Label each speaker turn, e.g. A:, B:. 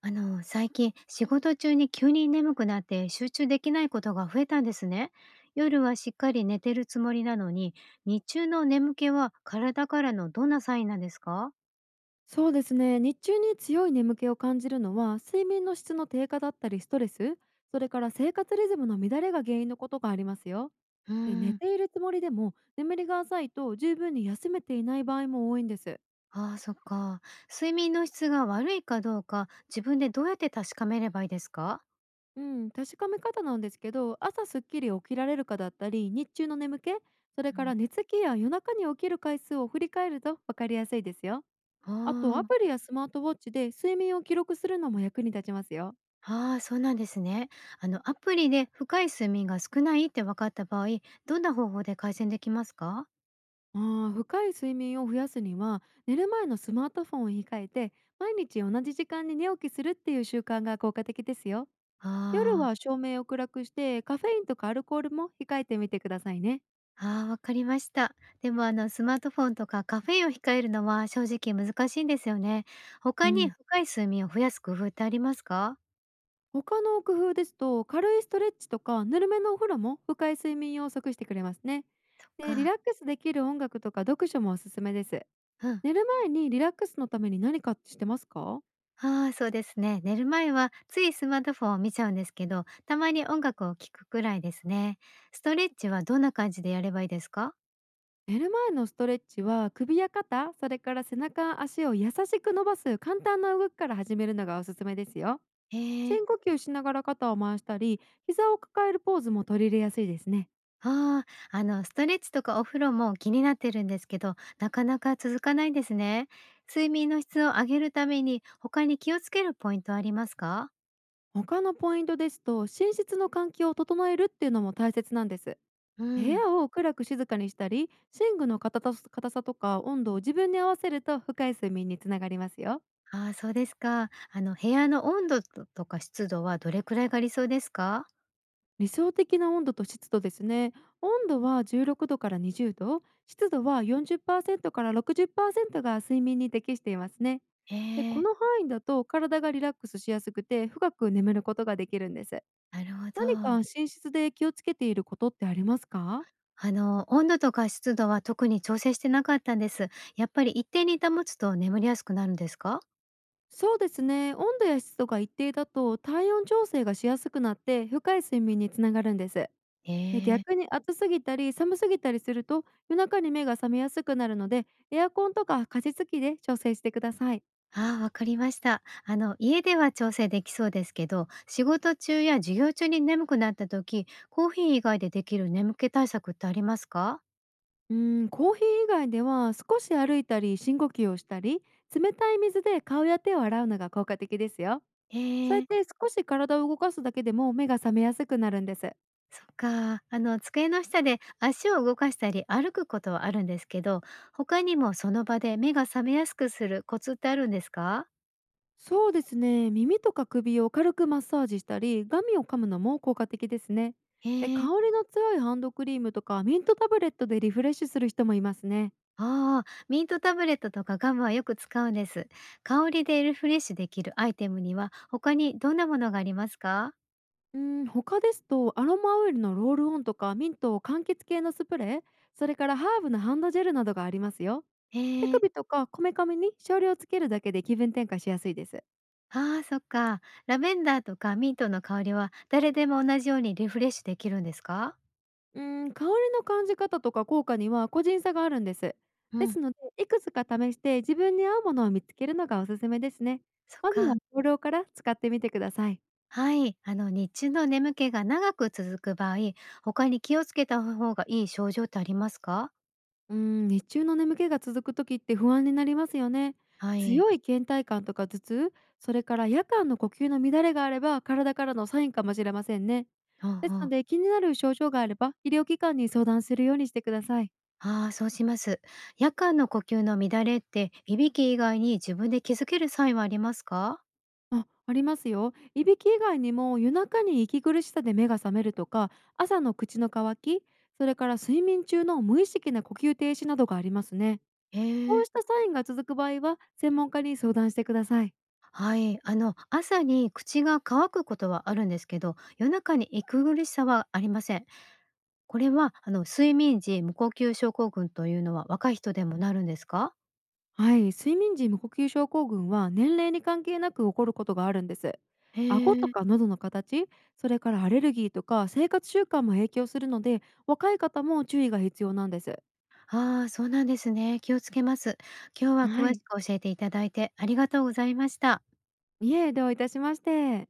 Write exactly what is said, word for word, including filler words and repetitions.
A: あの、最近仕事中に急に眠くなって集中できないことが増えたんですね。夜はしっかり寝てるつもりなのに、日中の眠気は体からのどんなサインなんですか？
B: そうですね。日中に強い眠気を感じるのは、睡眠の質の低下だったり、ストレス、それから生活リズムの乱れが原因のことがありますよ。
A: うー
B: で、寝
A: ん、
B: ているつもりでも眠りが浅いと、十分に休めていない場合も多いんです。
A: ああ、そっか。睡眠の質が悪いかどうか、自分でどうやって確かめればいいですか？
B: うん、確かめ方なんですけど、朝すっきり起きられるかだったり、日中の眠気、それ
A: う
B: か
A: ん。
B: ら寝つきや夜中に起きる回数を振り返ると分かりやすいですよ。
A: あ
B: あと、ア
A: ー。
B: プリやスマートウォッチで睡眠を記録するのも役に立ちますよ。
A: あー、そうなんですね。あの、アプリで深い睡眠が少ないって分かった場合、どんな方法で改善できますか？
B: あー深い睡眠を増やすには、寝る前のスマートフォンを控えて、毎日同じ時間に寝起きするっていう習慣が効果的ですよ。
A: あ
B: 夜
A: あ
B: は
A: ー。
B: 照明を暗くして、カフェインとかアルコールも控えてみてくださいね。
A: ああ、わかりました。でもあのスマートフォンとかカフェインを控えるのは正直難しいんですよね。
B: う
A: 他に
B: ん。
A: 深い睡眠を増やす工夫ってありますか？
B: 他の工夫ですと、軽いストレッチとかぬるめのお風呂も深い睡眠を即してくれますね。
A: そっ
B: で、リラ
A: か。
B: ックスできる音楽とか読書もおすすめです。
A: うん。
B: 寝る前にリラックスのために何かしてますか？
A: ああ、そうですね。寝る前はついスマートフォンを見ちゃうんですけど、たまに音楽を聴くくらいですね。ストレッチはどんな感じでやればいいですか？
B: 寝る前のストレッチは、首や肩、それから背中、足を優しく伸ばす簡単な動きから始めるのがおすすめですよ。
A: へえ。
B: 深呼吸しながら肩を回したり、膝を抱えるポーズも取り入れやすいですね。
A: ああ、あのストレッチとかお風呂も気になってるんですけど、なかなか続かないんですね。睡眠の質を上げるために他に気をつけるポイントありますか？
B: 他のポイントですと、寝室の換気を整えるっていうのも大切なんです。
A: う
B: 部
A: ん。
B: 屋を暗く静かにしたり、寝具の硬さ硬さとか温度を自分に合わせると、深い睡眠につながりますよ。
A: ああ、そうですか。あの、部屋の温度ととか湿度はどれくらいが理想ですか？
B: 理想的な温度と湿度ですね。温度はじゅうろくどからにじゅうど、湿度はよんじゅっパーセントからろくじゅっパーセントが睡眠に適していますね。
A: え
B: で、こ
A: え。
B: の範囲だと体がリラックスしやすくて深く眠ることができるんです。
A: なるほ
B: 何か
A: ど。
B: 寝室で気をつけていることってありますか？
A: あの、温度とか湿度は特に調整してなかったんです。やっぱり一定に保つと眠りやすくなるんですか？
B: そうですね。温度や湿度が一定だと体温調整がしやすくなって深い睡眠につながるんです。
A: え
B: で、
A: え。
B: 逆に暑すぎたり寒すぎたりすると、夜中に目が覚めやすくなるので、エアコンとか加湿器で調整してください。
A: ああ、わかりました。あの、家では調整できそうですけど、仕事中や授業中に眠くなった時、コーヒー以外でできる眠気対策ってありますか？
B: うーん、コーヒー以外では少し歩いたり深呼吸をしたり、冷たい水で顔や手を洗うのが効果的ですよ。
A: え
B: そうやっ
A: え。
B: て少し体を動かすだけでも目が覚めやすくなるんです。
A: そっか。あの、机の下で足を動かしたり歩くことはあるんですけど、他にもその場で目が覚めやすくするコツってあるんですか？
B: そうですね。耳とか首を軽くマッサージしたり、ガミを噛むのも効果的ですね。
A: へ
B: で、香
A: え。
B: りの強いハンドクリームとかミントタブレットでリフレッシュする人もいますね。
A: ああ、ミントタブレットとかガムはよく使うんです。香りでリフレッシュできるアイテムには他にどんなものがありますか？
B: うん、他ですと、アロマオイルのロールオンとかミントを柑橘系のスプレー、それからハーブのハンドジェルなどがありますよ。
A: へ
B: 手
A: え。
B: 首とかこめかみに少量つけるだけで気分転換しやすいです。
A: ああ、そっか。ラベンダーとかミントの香りは誰でも同じようにリフレッシュできるんですか？
B: うん、香りの感じ方とか効果には個人差があるんです。
A: う
B: で
A: ん。
B: すので、いくつか試して自分に合うものを見つけるのがおすすめですね。
A: そっ
B: まずは
A: か。
B: 少量から使ってみてください。
A: はい、あの日中の眠気が長く続く場合、他に気をつけた方がいい症状ってありますか？
B: うーん、日中の眠気が続く時って不安になりますよね。
A: はい。
B: 強い倦怠感とか頭痛、それから夜間の呼吸の乱れがあれば体からのサインかもしれませんね。
A: うん
B: です
A: う
B: の
A: ん。
B: で、気になる症状があれば医療機関に相談するようにしてください。
A: ああ、そうします。夜間の呼吸の乱れって、いびき以外に自分で気づけるサインはありますか？
B: あ、ありますよ。いびき以外にも夜中に息苦しさで目が覚めるとか、朝の口の渇き、それから睡眠中の無意識な呼吸停止などがありますね。
A: へ
B: こ
A: え。
B: うしたサインが続く場合は専門家に相談してください。
A: はい、あの朝に口が乾くことはあるんですけど、夜中に息苦しさはありません。これはあの睡眠時無呼吸症候群というのは若い人でもなるんですか？
B: はい、睡眠時無呼吸症候群は年齢に関係なく起こることがあるんです。
A: へ
B: 顎と
A: え。
B: か喉の形、それからアレルギーとか生活習慣も影響するので、若い方も注意が必要なんです。
A: ああ、そうなんですね。気をつけます。今日は
B: は
A: 詳
B: い。
A: しく教えていただいてありがとうございました。
B: いえ、どういたしまして。